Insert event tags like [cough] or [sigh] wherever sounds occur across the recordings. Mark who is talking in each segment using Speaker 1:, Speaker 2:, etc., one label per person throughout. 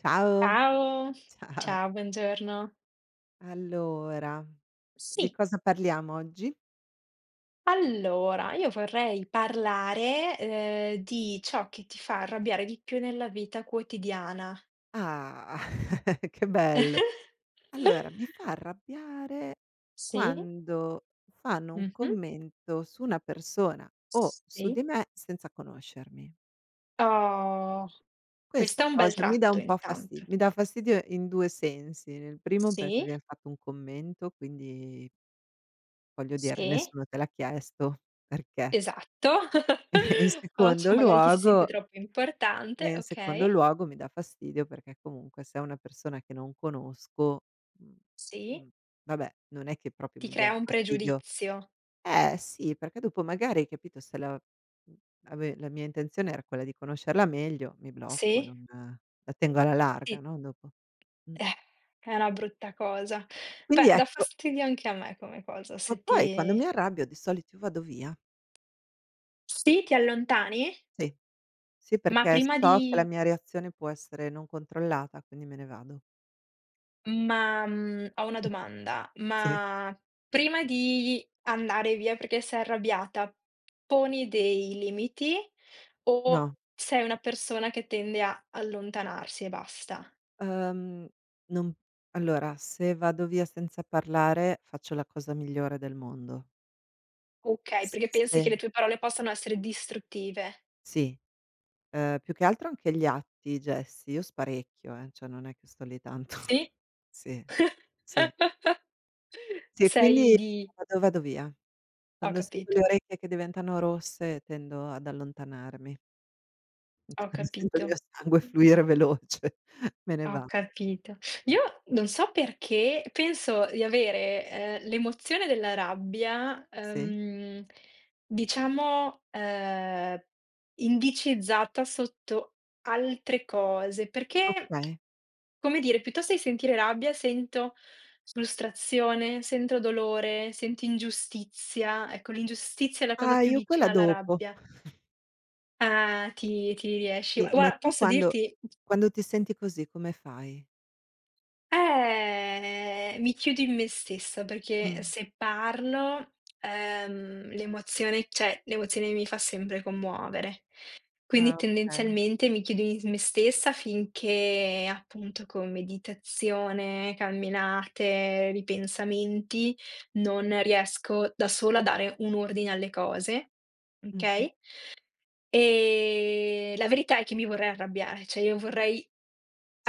Speaker 1: Ciao,
Speaker 2: Ciao,
Speaker 1: [laughs] ciao.
Speaker 2: ciao, buongiorno.
Speaker 1: Allora, di
Speaker 2: Sì,
Speaker 1: cosa parliamo oggi?
Speaker 2: allora io vorrei parlare, di ciò che ti fa arrabbiare di più nella vita quotidiana.
Speaker 1: Ah, [laughs] che bello. Allora, mi
Speaker 2: [laughs]
Speaker 1: fa arrabbiare
Speaker 2: Sì,
Speaker 1: quando fanno un
Speaker 2: mh-mh,
Speaker 1: commento su una persona o su di
Speaker 2: sì.
Speaker 1: me senza conoscermi.
Speaker 2: Oh, questo
Speaker 1: Questa
Speaker 2: è un bel
Speaker 1: cosa mi dà
Speaker 2: tratto
Speaker 1: un po' fastidio,
Speaker 2: intanto.
Speaker 1: mi dà fastidio in 2 sensi. Nel primo perché
Speaker 2: Sì,
Speaker 1: viene fatto un commento, quindi voglio dire
Speaker 2: sì,
Speaker 1: nessuno te l'ha chiesto, perché?
Speaker 2: esatto.
Speaker 1: [laughs] In
Speaker 2: [laughs] Però
Speaker 1: secondo
Speaker 2: c'è magari chi si sente
Speaker 1: luogo
Speaker 2: troppo
Speaker 1: E
Speaker 2: importante,
Speaker 1: in secondo
Speaker 2: okay,
Speaker 1: luogo mi dà fastidio perché comunque se è una persona che non conosco, mhmm,
Speaker 2: sì,
Speaker 1: mhmm, vabbè, non è che proprio
Speaker 2: ti
Speaker 1: mi dia
Speaker 2: crea un
Speaker 1: fastidio.
Speaker 2: pregiudizio.
Speaker 1: Eh sì, perché dopo magari, capito, se la mhmm, ave la mia intenzione era quella di conoscerla meglio, mi blocco,
Speaker 2: Sì,
Speaker 1: non la tengo alla larga,
Speaker 2: sì.
Speaker 1: no, dopo. Mh.
Speaker 2: Eh, è una brutta cosa.
Speaker 1: Quindi
Speaker 2: Beh, dà
Speaker 1: ecco.
Speaker 2: fastidio anche a me come cosa,
Speaker 1: Ma
Speaker 2: se
Speaker 1: poi quando
Speaker 2: ti
Speaker 1: mi arrabbio di solito io vado via.
Speaker 2: sì, ti allontani,
Speaker 1: Sì, sì,
Speaker 2: ma
Speaker 1: perché
Speaker 2: prima
Speaker 1: so che la
Speaker 2: di
Speaker 1: mia reazione può essere non controllata, quindi me ne vado.
Speaker 2: ma, ho una
Speaker 1: [laughs]
Speaker 2: domanda,
Speaker 1: Sì,
Speaker 2: ma prima di andare via perché sei arrabbiata, poni dei limiti o
Speaker 1: no.
Speaker 2: sei una persona che tende a allontanarsi e basta?
Speaker 1: Uhm, non Allora, se vado via senza parlare faccio la cosa migliore del mondo.
Speaker 2: Okay,
Speaker 1: S
Speaker 2: perché pensi
Speaker 1: sì.
Speaker 2: che le tue parole possano essere distruttive.
Speaker 1: Sì, più che altro anche gli atti, i gesti. Io sparecchio, cioè non è che sto lì tanto.
Speaker 2: Sì?
Speaker 1: [laughs] Sì, sì.
Speaker 2: [laughs]
Speaker 1: Sì, e quindi
Speaker 2: Sei di
Speaker 1: vado via.
Speaker 2: Ho
Speaker 1: Quando sento le
Speaker 2: capito,
Speaker 1: orecchie che diventano rosse tendo ad allontanarmi. [laughs]
Speaker 2: ho
Speaker 1: Quando sento il
Speaker 2: capito,
Speaker 1: mio sangue
Speaker 2: mh,
Speaker 1: fluire veloce [laughs] me ne
Speaker 2: ho
Speaker 1: vado.
Speaker 2: capito. Io non so perché penso di avere, l'emozione della rabbia,
Speaker 1: Sì,
Speaker 2: diciamo, indicizzata sotto altre cose, perché,
Speaker 1: okay.
Speaker 2: come dire, piuttosto di sentire rabbia sento frustrazione, sento dolore, sento ingiustizia. Ecco, l'ingiustizia è la cosa
Speaker 1: Ah,
Speaker 2: più
Speaker 1: io quella
Speaker 2: vicina alla
Speaker 1: dopo.
Speaker 2: rabbia. Ah, ti riesci.
Speaker 1: Sì, ma
Speaker 2: Guarda,
Speaker 1: tu
Speaker 2: posso
Speaker 1: quando
Speaker 2: dirti
Speaker 1: ti senti così come fai?
Speaker 2: mi chiudo in me stessa
Speaker 1: Mh.
Speaker 2: perché se parlo, l'emozione cioè, l'emozione mi fa sempre commuovere. Quindi
Speaker 1: Ah, okay.
Speaker 2: tendenzialmente mi chiudo in me stessa finché, appunto, con meditazione, camminate, ripensamenti, non riesco da sola a dare un ordine alle cose,
Speaker 1: Mh-mh.
Speaker 2: okay? La verità è che mi vorrei arrabbiare, cioè io vorrei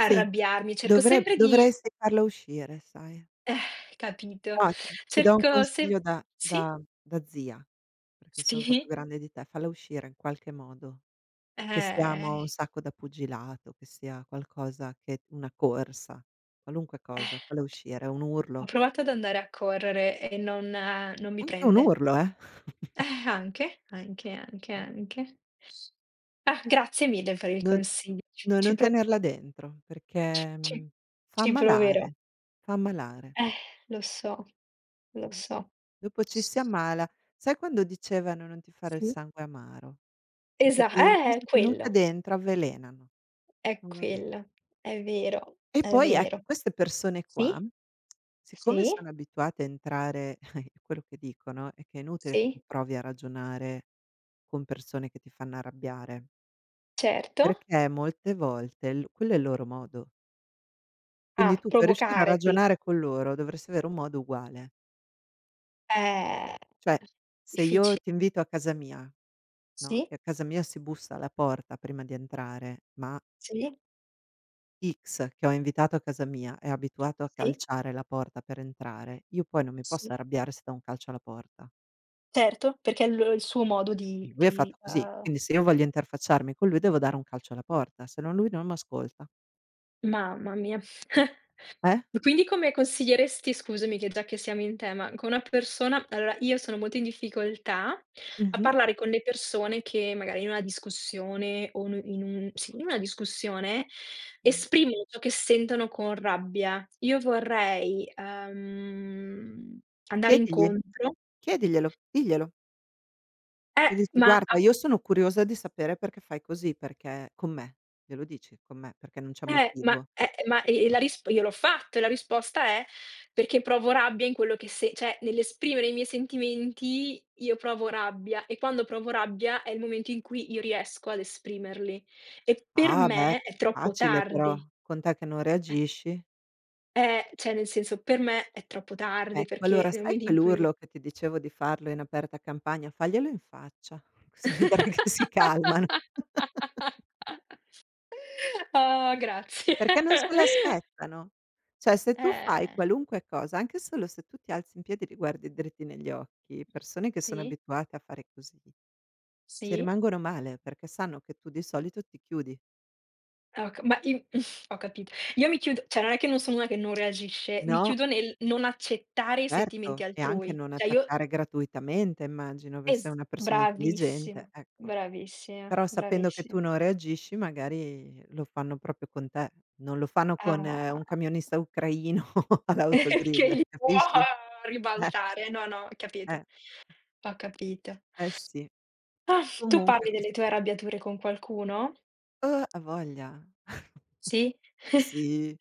Speaker 1: Sì,
Speaker 2: cerco
Speaker 1: dovre
Speaker 2: sempre di
Speaker 1: dovresti farla uscire, sai.
Speaker 2: capito,
Speaker 1: No, ti do un
Speaker 2: cerco sem
Speaker 1: consiglio da
Speaker 2: sì,
Speaker 1: da da zia, perché sono un po' più
Speaker 2: sì,
Speaker 1: grande di te, falla uscire in qualche modo, che
Speaker 2: ehm,
Speaker 1: siamo un sacco da pugilato, che sia qualcosa che una corsa, qualunque cosa,
Speaker 2: eh,
Speaker 1: falla uscire, un
Speaker 2: ho
Speaker 1: urlo,
Speaker 2: provato ad andare a correre e non mi
Speaker 1: anche un
Speaker 2: prende.
Speaker 1: urlo. [laughs]
Speaker 2: Anche, anche, anche, anche. Ah, grazie mille per il
Speaker 1: Non
Speaker 2: consiglio, ci
Speaker 1: No,
Speaker 2: ci
Speaker 1: non
Speaker 2: proverò,
Speaker 1: tenerla dentro perché,
Speaker 2: ci ci
Speaker 1: mhmm, fa
Speaker 2: ci proverò.
Speaker 1: ammalare, fa ammalare.
Speaker 2: Eh, lo so, lo
Speaker 1: Mh.
Speaker 2: so.
Speaker 1: Dopo ci si ammala. Sai quando dicevano: "Non ti fare il
Speaker 2: Sì,
Speaker 1: sangue amaro", perché
Speaker 2: esa
Speaker 1: te cose tenute
Speaker 2: quello.
Speaker 1: dentro avvelenano.
Speaker 2: È
Speaker 1: Non va bene.
Speaker 2: quello, è vero,
Speaker 1: E
Speaker 2: è
Speaker 1: poi ecco
Speaker 2: vero.
Speaker 1: queste persone qua,
Speaker 2: Sì,
Speaker 1: siccome
Speaker 2: sì,
Speaker 1: sono abituate a entrare [laughs] quello che dicono è che è inutile che tu
Speaker 2: sì,
Speaker 1: provi a ragionare con persone che ti fanno arrabbiare,
Speaker 2: certo.
Speaker 1: perché molte volte l quello è il loro modo. Quindi
Speaker 2: Ah,
Speaker 1: tu per riuscire a
Speaker 2: provocare qui,
Speaker 1: ragionare con loro dovresti avere un modo uguale.
Speaker 2: eh,
Speaker 1: Cioè, se io
Speaker 2: difficile.
Speaker 1: ti invito a casa mia, no,
Speaker 2: Sì,
Speaker 1: e a casa mia si bussa alla porta prima di entrare, ma
Speaker 2: sì,
Speaker 1: X che ho invitato a casa mia è abituato a
Speaker 2: sì,
Speaker 1: calciare la porta per entrare, io poi non mi posso
Speaker 2: sì,
Speaker 1: arrabbiare se do un calcio alla porta.
Speaker 2: certo, perché è lo il suo modo di
Speaker 1: E lui è
Speaker 2: di
Speaker 1: fatto così, quindi se io voglio interfacciarmi con lui devo dare un calcio alla porta, se no lui non m'ascolta.
Speaker 2: mamma mia. [laughs]
Speaker 1: Eh?
Speaker 2: Quindi come consiglieresti scusami che già che siamo in tema, con una persona allora io sono molto in difficoltà a
Speaker 1: Mh-mh.
Speaker 2: parlare con le persone che magari in una discussione o n in un sì, in una discussione
Speaker 1: Mh.
Speaker 2: esprimono ciò che sentono con rabbia. Io vorrei, andare
Speaker 1: Chiedigli,
Speaker 2: incontro
Speaker 1: chiediglielo, diglielo.
Speaker 2: eh,
Speaker 1: E dici:
Speaker 2: ma
Speaker 1: "Guarda,
Speaker 2: a
Speaker 1: io sono curiosa di sapere perché fai così, perché", con me, glielo dici, con me, perché non c'è motivo.
Speaker 2: Ma e la risp io l'ho fatto e la risposta è: perché provo rabbia in quello che se cioè nell'esprimere i miei sentimenti io provo rabbia e quando provo rabbia è il momento in cui io riesco ad esprimerli. E per
Speaker 1: "Ah, beh,
Speaker 2: me è troppo
Speaker 1: facile però,
Speaker 2: tardi.
Speaker 1: con te che non reagisci".
Speaker 2: Cioè nel senso, per me è troppo tardi
Speaker 1: Ecco,
Speaker 2: perché
Speaker 1: allora
Speaker 2: nel
Speaker 1: sai
Speaker 2: momento in
Speaker 1: quell'urlo
Speaker 2: cui
Speaker 1: che ti dicevo di farlo in aperta campagna? Faglielo in faccia, [laughs] così vedrai che si calmano.
Speaker 2: [laughs]
Speaker 1: [laughs]
Speaker 2: Oh, grazie.
Speaker 1: Perché non se
Speaker 2: [laughs]
Speaker 1: l'aspettano. Cioè, se tu fai
Speaker 2: Eh.
Speaker 1: qualunque cosa, anche solo se tu ti alzi in piedi e li guardi dritti negli occhi, persone che sono
Speaker 2: Sì,
Speaker 1: abituate a fare così. Ci
Speaker 2: sì.
Speaker 1: rimangono male, perché sanno che tu di solito ti chiudi.
Speaker 2: Ah oka ma i [laughs] ho capito. Io mi chiudo cioè non è che non sono una che non reagisce, mi
Speaker 1: No,
Speaker 2: chiudo nel non accettare i
Speaker 1: certo,
Speaker 2: sentimenti
Speaker 1: e anche
Speaker 2: altrui.
Speaker 1: non
Speaker 2: Cioè io
Speaker 1: attaccare gratuitamente immagino, per
Speaker 2: es
Speaker 1: sei una persona intelligente,
Speaker 2: bravissima,
Speaker 1: ecco.
Speaker 2: bravissima,
Speaker 1: Però sapendo che
Speaker 2: bravissi
Speaker 1: tu non reagisci magari lo fanno proprio con te, non lo fanno con
Speaker 2: Ah,
Speaker 1: un camionista ucraino [laughs]
Speaker 2: [laughs] che
Speaker 1: all'autogrill,
Speaker 2: li può
Speaker 1: capisci? Eh,
Speaker 2: ribaltare. No, no, capito,
Speaker 1: eh,
Speaker 2: ho capito.
Speaker 1: eh sì.
Speaker 2: Ah, tu
Speaker 1: Comunque è
Speaker 2: parli delle
Speaker 1: così.
Speaker 2: tue arrabbiature con qualcuno?
Speaker 1: Oh, a voglia. [laughs]
Speaker 2: Sì? [laughs]
Speaker 1: Sì,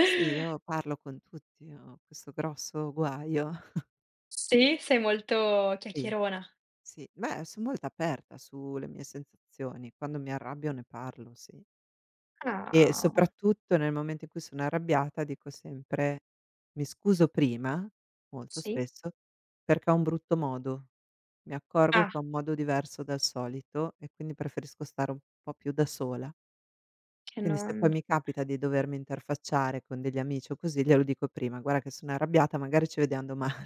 Speaker 1: sì, io parlo con tutti, ho questo grosso guaio.
Speaker 2: Sì? Sei molto
Speaker 1: Sì.
Speaker 2: chiacchierona.
Speaker 1: Sì, beh, son molto aperta sulle mie sensazioni. Quando mi arrabbio ne parlo, sì. E
Speaker 2: Ah,
Speaker 1: soprattutto nel momento in cui sono arrabbiata dico sempre: "Mi scuso prima", molto
Speaker 2: sì?
Speaker 1: spesso, "perché ho un brutto modo. Mi accorgo
Speaker 2: Ah,
Speaker 1: che ho un modo diverso dal solito e quindi preferisco stare un po' più da sola".
Speaker 2: che
Speaker 1: Quindi se poi
Speaker 2: non
Speaker 1: mi capita di dovermi interfacciare con degli amici o così, glielo dico prima: "Guarda che sono arrabbiata, magari ci vediam domani".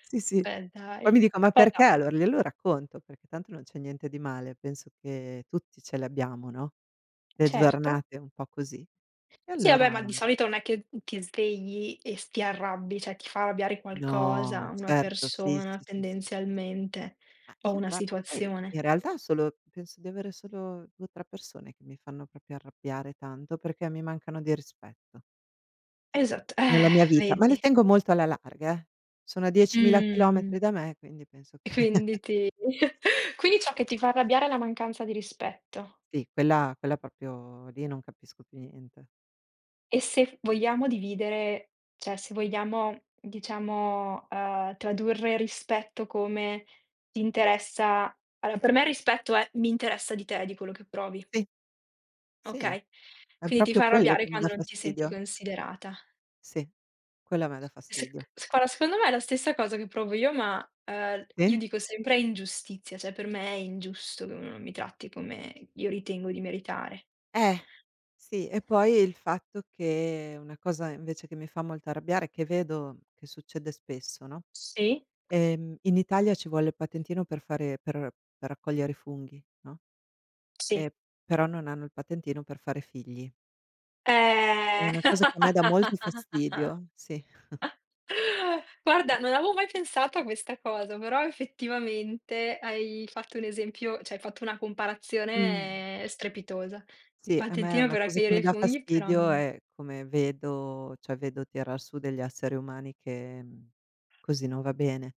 Speaker 1: Sì, sì.
Speaker 2: Beh
Speaker 1: Poi mi
Speaker 2: dai.
Speaker 1: dico: "Ma
Speaker 2: Beh
Speaker 1: perché?"
Speaker 2: dai,
Speaker 1: Allora glielo racconto, perché tanto non c'è niente di male, penso che tutti ce le abbiamo, no, le
Speaker 2: certo.
Speaker 1: giornate un po' così. E
Speaker 2: Sì vabbè,
Speaker 1: allora
Speaker 2: ma di solito non è che ti svegli e s ti arrabbi, cioè ti fa arrabbiare
Speaker 1: no,
Speaker 2: qualcosa, una
Speaker 1: certo, sì,
Speaker 2: persona
Speaker 1: sì, sì, sì, sì.
Speaker 2: tendenzialmente,
Speaker 1: Ma
Speaker 2: o
Speaker 1: io
Speaker 2: una
Speaker 1: guarda poi in
Speaker 2: situazione.
Speaker 1: realtà solo penso di avere solo 2 o 3 persone che mi fanno proprio arrabbiare tanto, perché mi mancano di rispetto
Speaker 2: Esatto,
Speaker 1: nella mia vita, ma le
Speaker 2: vedi.
Speaker 1: tengo molto alla larga, eh. Sono a 10.000
Speaker 2: Mh.
Speaker 1: chilometri da me, quindi penso
Speaker 2: E
Speaker 1: che.
Speaker 2: quindi ti [laughs] Quindi ciò che ti fa arrabbiare è la mancanza di rispetto.
Speaker 1: Sì, quella quella proprio lì non capisco più niente.
Speaker 2: E se vogliamo dividere cioè se vogliamo, diciamo, tradurre rispetto come ti interessa allora per me rispetto è: mi interessa di te, di quello che provi,
Speaker 1: Sì, sì,
Speaker 2: okay?
Speaker 1: è
Speaker 2: Quindi ti
Speaker 1: proprio
Speaker 2: fa
Speaker 1: quello
Speaker 2: arrabbiare
Speaker 1: che mi dà
Speaker 2: quando non ti senti
Speaker 1: fastidio.
Speaker 2: considerata.
Speaker 1: Sì, quello a me dà
Speaker 2: Sec
Speaker 1: fastidio.
Speaker 2: s guarda, secondo me è la stessa cosa che provo io, ma, io
Speaker 1: Sì?
Speaker 2: dico sempre è ingiustizia, cioè per me è ingiusto che uno non mi tratti come io ritengo di meritare.
Speaker 1: Eh, sì, e poi il fatto che una cosa invece che mi fa molto arrabbiare, che vedo che succede spesso, no,
Speaker 2: Sì,
Speaker 1: in Italia ci vuole il patentino per raccogliere i funghi, no,
Speaker 2: sì.
Speaker 1: ehm, però non hanno il patentino per fare figli. È
Speaker 2: Eh.
Speaker 1: una cosa che a me dà molto
Speaker 2: [laughs]
Speaker 1: fastidio, sì.
Speaker 2: Guarda, non avevo mai pensato a questa cosa, però effettivamente hai fatto un esempio cioè hai fatto una
Speaker 1: Mh.
Speaker 2: comparazione strepitosa. Il
Speaker 1: Sì, a me
Speaker 2: patentino
Speaker 1: una
Speaker 2: per
Speaker 1: cosa che
Speaker 2: raccogliere
Speaker 1: mi
Speaker 2: i
Speaker 1: dà
Speaker 2: funghi però
Speaker 1: fastidio
Speaker 2: non
Speaker 1: è come vedo cioè vedo tirar su degli esseri umani che, così non va bene.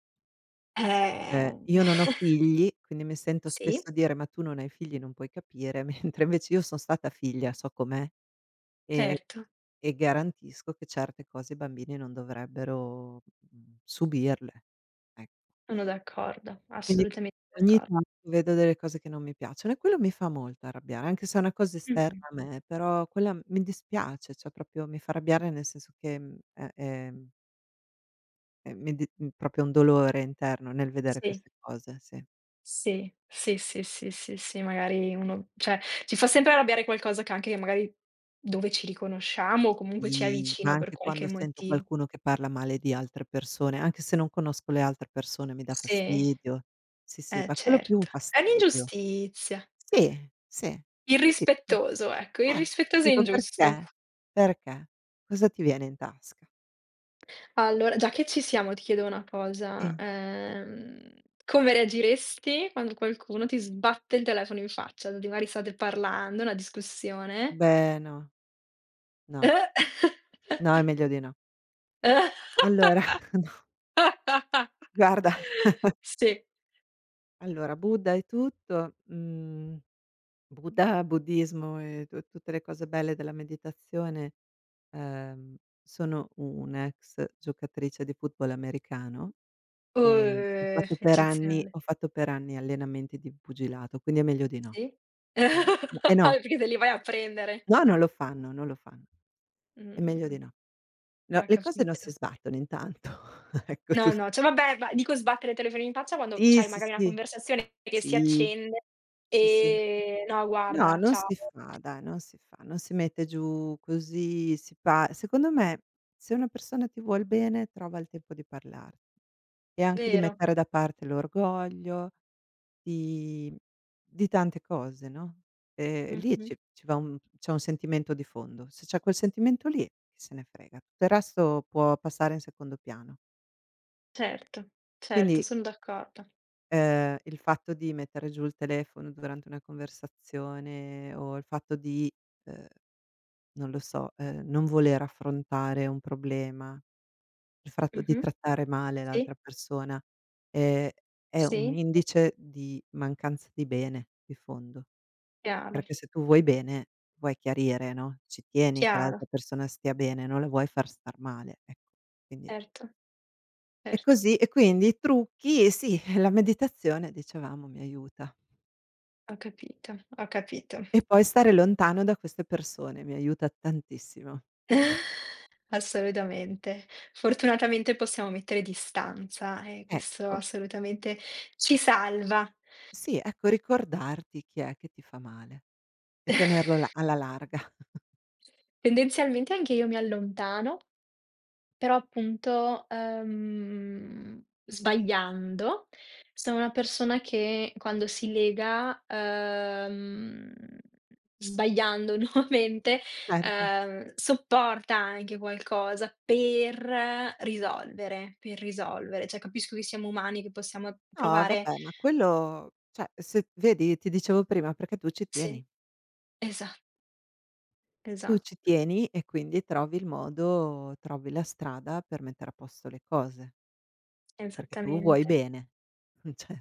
Speaker 2: eh,
Speaker 1: Io non ho
Speaker 2: [laughs]
Speaker 1: figli, quindi mi sento
Speaker 2: sì,
Speaker 1: spesso dire: "Ma tu non hai figli, non puoi capire", [laughs] mentre invece io son stata figlia, so com'è e
Speaker 2: certo,
Speaker 1: e garantisco che certe cose i bambini non dovrebbero, subirle, ec
Speaker 2: sono d'accordo,
Speaker 1: Quindi
Speaker 2: assolutamente
Speaker 1: ogni
Speaker 2: d'accordo.
Speaker 1: tanto vedo delle cose che non mi piacciono e quello mi fa molto arrabbiare, anche se è una cosa
Speaker 2: Mh-mh.
Speaker 1: esterna a me, però quella mi dispiace, cioè proprio mi fa arrabbiare nel senso che, mhmm, è mm, è mi di mhmm, proprio un dolore interno nel vedere
Speaker 2: Sì,
Speaker 1: queste cose, sì.
Speaker 2: sì, sì, sì, sì, sì, sì, magari uno cioè ci fa sempre arrabbiare qualcosa che anche magari dove ci riconosciamo o comunque ci è
Speaker 1: I Ma
Speaker 2: vicino per
Speaker 1: anche quando
Speaker 2: qualche
Speaker 1: sento
Speaker 2: motivo.
Speaker 1: qualcuno che parla male di altre persone, anche se non conosco le altre persone mi dà
Speaker 2: Sì.
Speaker 1: fastidio. Sì, sì,
Speaker 2: Eh
Speaker 1: ma quello è più un
Speaker 2: certo, è
Speaker 1: fastidio.
Speaker 2: un'ingiustizia.
Speaker 1: Sì, sì, io dico.
Speaker 2: Irrispettoso, ecco,
Speaker 1: Eh,
Speaker 2: irrispettoso e
Speaker 1: Dico:
Speaker 2: ingiusto.
Speaker 1: "Perché? Perché? Cosa ti viene in tasca?"
Speaker 2: Allora, già che ci siamo ti chiedo una cosa,
Speaker 1: Sì.
Speaker 2: come reagiresti quando qualcuno ti sbatte il telefono in faccia? Quindi magari state parlando, una discussione.
Speaker 1: Beh, no, no,
Speaker 2: Eh!
Speaker 1: no, è meglio di no. Allora [laughs] no,
Speaker 2: [laughs]
Speaker 1: guarda,
Speaker 2: Sì.
Speaker 1: allora Buddha e tutto, Buddha, buddismo e tu tutte le cose belle della meditazione, ehm, sono un'ex giocatrice di football americano e
Speaker 2: Eccezionale.
Speaker 1: ho fatto per anni allenamenti di pugilato, quindi è meglio di no.
Speaker 2: Sì?
Speaker 1: Mhmm, e
Speaker 2: [laughs]
Speaker 1: no,
Speaker 2: Perché te li vai a prendere.
Speaker 1: no, non lo fanno, non lo fanno. È meglio di
Speaker 2: Mh,
Speaker 1: no. No,
Speaker 2: ho
Speaker 1: le cose non
Speaker 2: capito.
Speaker 1: si sbattono intanto, [laughs] ecco, tu.
Speaker 2: No, no, cioè vabbè, ma dico sbattere il telefono in faccia quando
Speaker 1: Sì,
Speaker 2: c'hai
Speaker 1: sì,
Speaker 2: magari una
Speaker 1: sì,
Speaker 2: conversazione che si
Speaker 1: sì,
Speaker 2: accende,
Speaker 1: sì, sì.
Speaker 2: no
Speaker 1: No,
Speaker 2: guarda,
Speaker 1: non
Speaker 2: ciao.
Speaker 1: si fa dai, non si fa, non si mette giù così, si pa secondo me se una persona ti vuol bene trova il tempo di parlarti e anche di
Speaker 2: Vero.
Speaker 1: mettere da parte l'orgoglio, di di tante cose, no, lì
Speaker 2: Mh-mh.
Speaker 1: ci ci va un c'è un sentimento di fondo. Se c'è quel sentimento lì, chi se ne frega, tutto il resto può passare in secondo piano.
Speaker 2: Certo, certo,
Speaker 1: Quindi
Speaker 2: sono d'accordo.
Speaker 1: Il fatto di mettere giù il telefono durante una conversazione o il fatto di, ehm, non lo so, non voler affrontare un problema, il fatto di
Speaker 2: Mh-mh.
Speaker 1: trattare male
Speaker 2: Sì,
Speaker 1: l'altra persona, ehm, è un
Speaker 2: sì,
Speaker 1: indice di mancanza di bene di fondo,
Speaker 2: chiaro,
Speaker 1: perché se tu vuoi bene vuoi chiarire, no, ci tieni che
Speaker 2: chiaro,
Speaker 1: l'altra persona stia bene, non la vuoi far star male, ecco. Quindi
Speaker 2: certo,
Speaker 1: e
Speaker 2: certo.
Speaker 1: così e quindi i trucchi sì, [laughs] la meditazione dicevamo mi aiuta.
Speaker 2: Ho capito, ho capito.
Speaker 1: E poi stare lontano da queste persone mi aiuta tantissimo.
Speaker 2: [laughs] Assolutamente. Fortunatamente possiamo mettere distanza e questo
Speaker 1: Ecco,
Speaker 2: assolutamente ci salva.
Speaker 1: sì, ecco ricordarti chi è che ti fa male e tenerlo là alla larga. [laughs]
Speaker 2: Tendenzialmente anche io mi allontano Però appunto, sbagliando, sono una persona che quando si lega, sbagliando [laughs] nuovamente,
Speaker 1: Certo.
Speaker 2: sopporta anche qualcosa per risolvere, per risolvere. Cioè capisco che siamo umani, che possiamo
Speaker 1: No
Speaker 2: provare
Speaker 1: vabbè, ma quello cioè se vedi ti dicevo prima perché tu ci
Speaker 2: sì,
Speaker 1: tieni.
Speaker 2: esa
Speaker 1: Tu
Speaker 2: esa
Speaker 1: ci tieni e quindi trovi il modo, trovi la strada per mettere a posto le cose, perché tu vuoi
Speaker 2: esattamente.
Speaker 1: bene. [laughs] Cioè,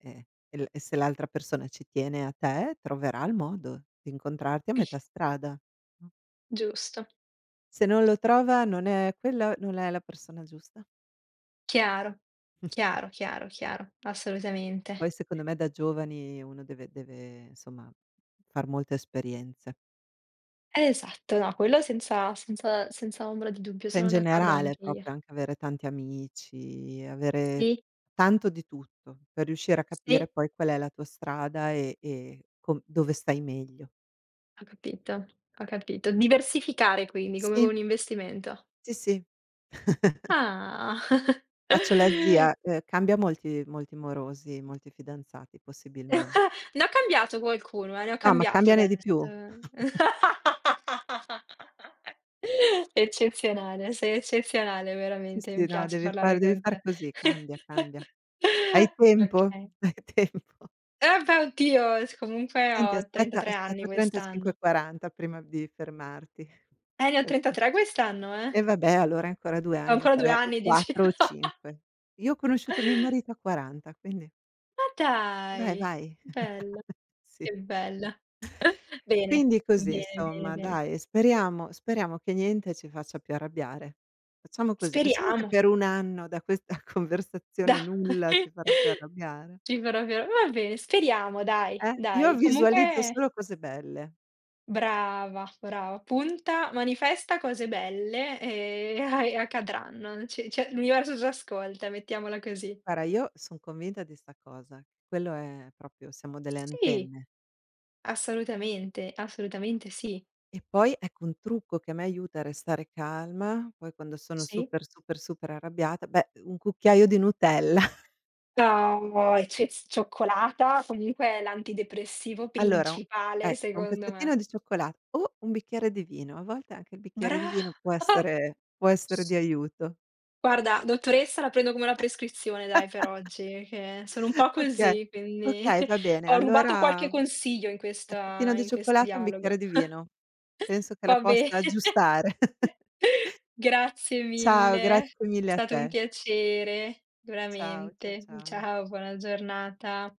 Speaker 1: ehm, e l e se l'altra persona ci tiene a te troverà il modo di incontrarti a metà
Speaker 2: [laughs]
Speaker 1: strada. Mh.
Speaker 2: Giusto.
Speaker 1: Se non lo trova non è la persona giusta.
Speaker 2: Chiaro, chiaro, chiaro, chiaro, assolutamente.
Speaker 1: Poi secondo me da giovani uno deve insomma far molte esperienze.
Speaker 2: Esatto, no, quello senza ombra di dubbio,
Speaker 1: Cioè in
Speaker 2: sono d'accordo
Speaker 1: generale
Speaker 2: anche io.
Speaker 1: proprio anche avere tanti amici, avere
Speaker 2: Sì,
Speaker 1: tanto di tutto per riuscire a capire
Speaker 2: sì,
Speaker 1: poi qual è la tua strada e com dove stai meglio.
Speaker 2: ho capito, ho capito. Diversificare quindi, come
Speaker 1: Sì,
Speaker 2: con un investimento.
Speaker 1: sì, sì. [laughs]
Speaker 2: Ah.
Speaker 1: Faccio la zia,
Speaker 2: [laughs]
Speaker 1: cambia molti molti morosi, molti fidanzati possibilmente.
Speaker 2: Ne ho cambiato qualcuno, ne ho
Speaker 1: No, ma
Speaker 2: cambiato
Speaker 1: cambiane di
Speaker 2: adesso.
Speaker 1: più.
Speaker 2: [laughs] Eccezionale, sei eccezionale
Speaker 1: Sì,
Speaker 2: veramente,
Speaker 1: sì,
Speaker 2: mi
Speaker 1: no,
Speaker 2: piace parlare
Speaker 1: devi
Speaker 2: con
Speaker 1: far
Speaker 2: te.
Speaker 1: così, cambia, cambia.
Speaker 2: [laughs]
Speaker 1: Hai tempo?
Speaker 2: Okay.
Speaker 1: [laughs] Hai tempo.
Speaker 2: Eh beh, oddio, s comunque
Speaker 1: Senti,
Speaker 2: ho
Speaker 1: aspetta
Speaker 2: 33 anni
Speaker 1: aspetta 35,
Speaker 2: quest'anno.
Speaker 1: 40 prima di fermarti.
Speaker 2: Ne ho
Speaker 1: Perché
Speaker 2: 33 quest'anno, eh.
Speaker 1: e vabbè, allora ancora 2
Speaker 2: Ho
Speaker 1: anni o
Speaker 2: ancora 2
Speaker 1: 3 o
Speaker 2: anni dici?
Speaker 1: 4 o
Speaker 2: [laughs]
Speaker 1: 5. Io ho conosciuto mio marito a 40, quindi
Speaker 2: Ma
Speaker 1: vai,
Speaker 2: dai,
Speaker 1: vai.
Speaker 2: bello,
Speaker 1: [laughs] Sì.
Speaker 2: che bella. Bene,
Speaker 1: Quindi così,
Speaker 2: bene, bene,
Speaker 1: insomma,
Speaker 2: bene.
Speaker 1: dai, speriamo che niente ci faccia più arrabbiare. Facciamo così, facciamo che
Speaker 2: Speriamo,
Speaker 1: per 1 anno da questa [laughs]
Speaker 2: da
Speaker 1: conversazione nulla ci
Speaker 2: [laughs]
Speaker 1: farà più arrabbiare.
Speaker 2: Sì, proprio. Va bene, speriamo dai,
Speaker 1: Io
Speaker 2: dai.
Speaker 1: visualizzo
Speaker 2: Comunque
Speaker 1: solo cose belle.
Speaker 2: brava, brava. Punta, manifesta cose belle e [laughs] e accadranno. Ci cioè, l'universo ci ascolta, mettiamola così.
Speaker 1: Guarda, io son convinta di 'sta cosa. Quello è proprio Siamo delle
Speaker 2: Sì,
Speaker 1: antenne.
Speaker 2: assolutamente, assolutamente sì.
Speaker 1: E poi, ecco, un trucco che a me aiuta a restare calma, poi quando sono
Speaker 2: Sì.
Speaker 1: super, super, super arrabbiata, beh, un cucchiaio di Nutella. [laughs]
Speaker 2: No, e ce s cioccolata comunque è l'antidepressivo
Speaker 1: Allora,
Speaker 2: principale
Speaker 1: ecco, un
Speaker 2: secondo
Speaker 1: pezzettino
Speaker 2: me.
Speaker 1: di cioccolato o un bicchiere di vino. A volte anche il bicchiere
Speaker 2: Bra
Speaker 1: di vino
Speaker 2: [laughs]
Speaker 1: può essere di aiuto.
Speaker 2: Guarda, dottoressa la prendo come una prescrizione dai per oggi, che sono un po'
Speaker 1: Okay,
Speaker 2: così, quindi
Speaker 1: okay, va
Speaker 2: [laughs]
Speaker 1: bene.
Speaker 2: ho rubato qualche
Speaker 1: Allora,
Speaker 2: consiglio in
Speaker 1: pezzettino
Speaker 2: questa
Speaker 1: di
Speaker 2: in questo
Speaker 1: cioccolato e un bicchiere
Speaker 2: dialogo.
Speaker 1: di vino. Penso che la
Speaker 2: Va bene.
Speaker 1: possa aggiustare. [laughs]
Speaker 2: [laughs] Grazie
Speaker 1: Ciao,
Speaker 2: mille, è
Speaker 1: grazie mille a
Speaker 2: stato un
Speaker 1: te.
Speaker 2: piacere,
Speaker 1: Ciao,
Speaker 2: veramente.
Speaker 1: ciao.
Speaker 2: Ciao, buona giornata.